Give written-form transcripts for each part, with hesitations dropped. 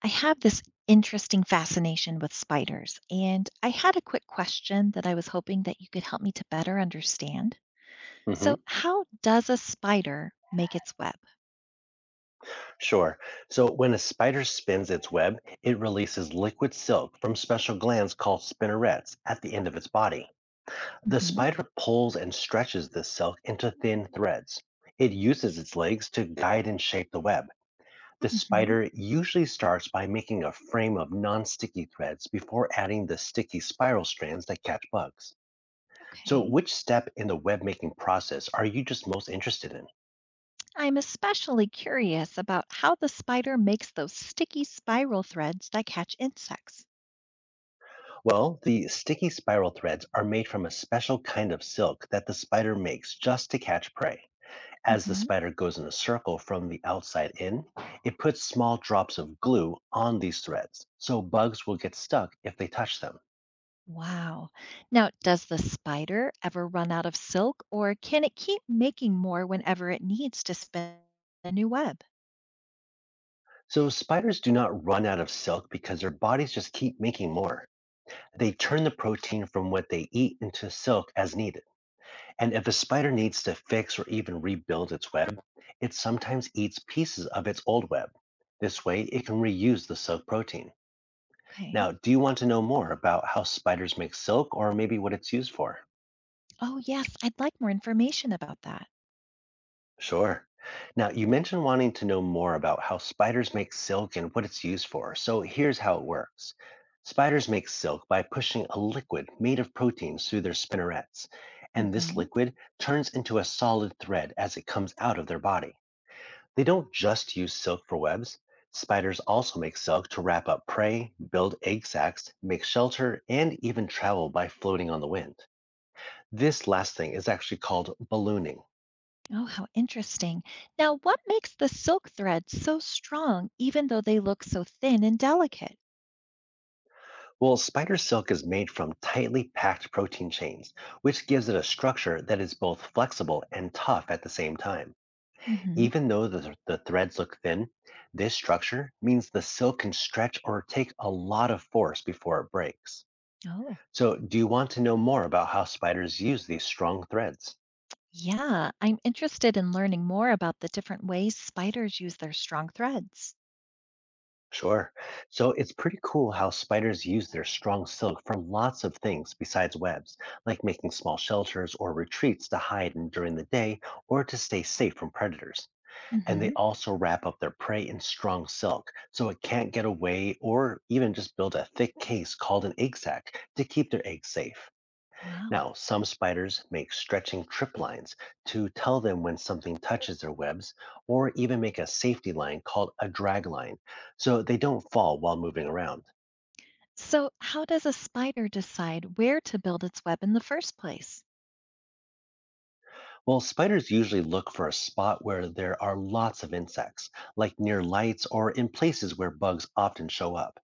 I have this interesting fascination with spiders, and I had a quick question that I was hoping that you could help me to better understand. So, hmm how does a spider make its web? Sure. So when a spider spins its web, it releases liquid silk from special glands called spinnerets at the end of its body. The hmm spider pulls and stretches this silk into thin threads. It uses its legs to guide and shape the web. The hmm spider usually starts by making a frame of non sticky threads before adding the sticky spiral strands that catch bugs. So, Okay. which step in the web making process are you just most interested in? I'm especially curious about how the spider makes those sticky spiral threads that catch insects. Well, the sticky spiral threads are made from a special kind of silk that the spider makes just to catch prey. As the hmm spider goes in a circle from the outside in, it puts small drops of glue on these threads, so bugs will get stuck if they touch them. Wow. Now, does the spider ever run out of silk, or can it keep making more whenever it needs to spin a new web? So, spiders do not run out of silk because their bodies just keep making more. They turn the protein from what they eat into silk as needed. And if a spider needs to fix or even rebuild its web, it sometimes eats pieces of its old web. This way, it can reuse the silk protein. Okay. Now, do you want to know more about how spiders make silk or maybe what it's used for? Oh, yes, I'd like more information about that. Sure. Now, you mentioned wanting to know more about how spiders make silk and what it's used for, so here's how it works. Spiders make silk by pushing a liquid made of proteins through their spinnerets, and this hmm liquid turns into a solid thread as it comes out of their body. They don't just use silk for webs. Spiders also make silk to wrap up prey, build egg sacs, make shelter, and even travel by floating on the wind. This last thing is actually called ballooning. Oh, how interesting. Now, what makes the silk thread so strong, even though they look so thin and delicate? Well, spider silk is made from tightly packed protein chains, which gives it a structure that is both flexible and tough at the same time. hmm Even though the threads look thin, this structure means the silk can stretch or take a lot of force before it breaks. Oh, So, do you want to know more about how spiders use these strong threads? yeah, I'm interested in learning more about the different ways spiders use their strong threads. Sure. So, it's pretty cool how spiders use their strong silk for lots of things besides webs, like making small shelters or retreats to hide in during the day or to stay safe from predators. And they hmm also wrap up their prey in strong silk so it can't get away or even just build a thick case called an egg sac to keep their eggs safe. Wow. Now, some spiders make stretching trip lines to tell them when something touches their webs, or even make a safety line called a drag line so they don't fall while moving around. So, how does a spider decide where to build its web in the first place? Well, spiders usually look for a spot where there are lots of insects, like near lights or in places where bugs often show up.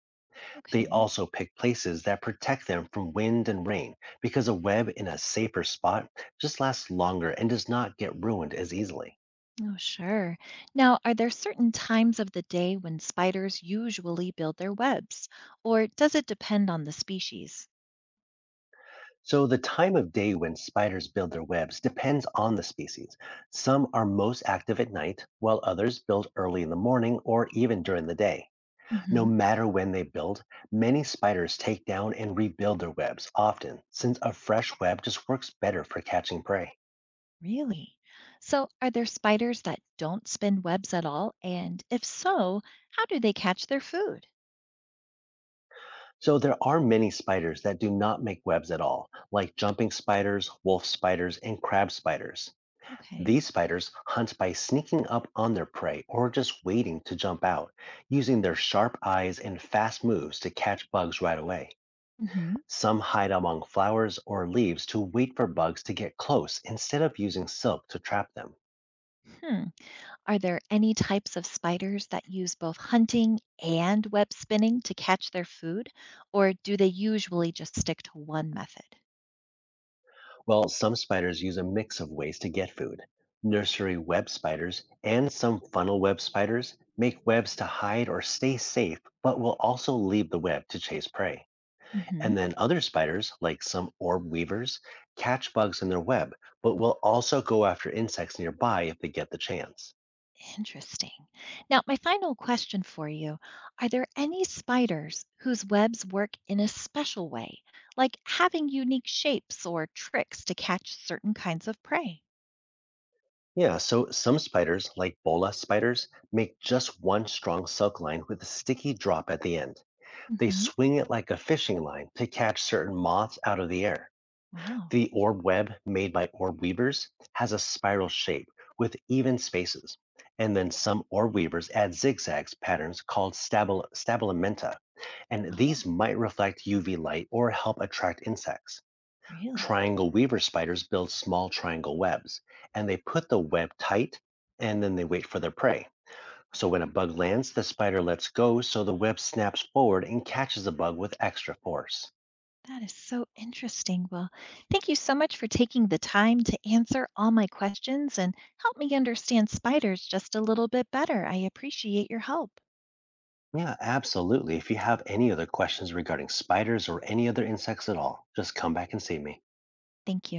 They Okay. also pick places that protect them from wind and rain because a web in a safer spot just lasts longer and does not get ruined as easily. Oh, sure. Now, are there certain times of the day when spiders usually build their webs, or does it depend on the species? So, the time of day when spiders build their webs depends on the species. Some are most active at night, while others build early in the morning or even during the day. No hmm matter when they build, many spiders take down and rebuild their webs often, since a fresh web just works better for catching prey. Really? So, are there spiders that don't spin webs at all? And if so, how do they catch their food? So, there are many spiders that do not make webs at all, like jumping spiders, wolf spiders, and crab spiders. Okay. These spiders hunt by sneaking up on their prey or just waiting to jump out, using their sharp eyes and fast moves to catch bugs right away. hmm Some hide among flowers or leaves to wait for bugs to get close instead of using silk to trap them. Hmm. Are there any types of spiders that use both hunting and web spinning to catch their food, or do they usually just stick to one method? Well, some spiders use a mix of ways to get food. Nursery web spiders and some funnel web spiders make webs to hide or stay safe, but will also leave the web to chase prey. And then other spiders, like some orb weavers, catch bugs in their web, but will also go after insects nearby if they get the chance. Interesting. Now, my final question for you: are there any spiders whose webs work in a special way, like having unique shapes or tricks to catch certain kinds of prey? Yeah, so some spiders, like bola spiders, make just one strong silk line with a sticky drop at the end. They hmm swing it like a fishing line to catch certain moths out of the air. Wow. The orb web made by orb weavers has a spiral shape with even spaces. And then some orb weavers add zigzags patterns called stabilimenta, and Oh, these might reflect UV light or help attract insects. really? Triangle weaver spiders build small triangle webs, and they put the web tight and then they wait for their prey. So when a bug lands, the spider lets go so the web snaps forward and catches the bug with extra force. That is so interesting. Well, thank you so much for taking the time to answer all my questions and help me understand spiders just a little bit better. I appreciate your help. Yeah, absolutely. If you have any other questions regarding spiders or any other insects at all, just come back and see me. Thank you.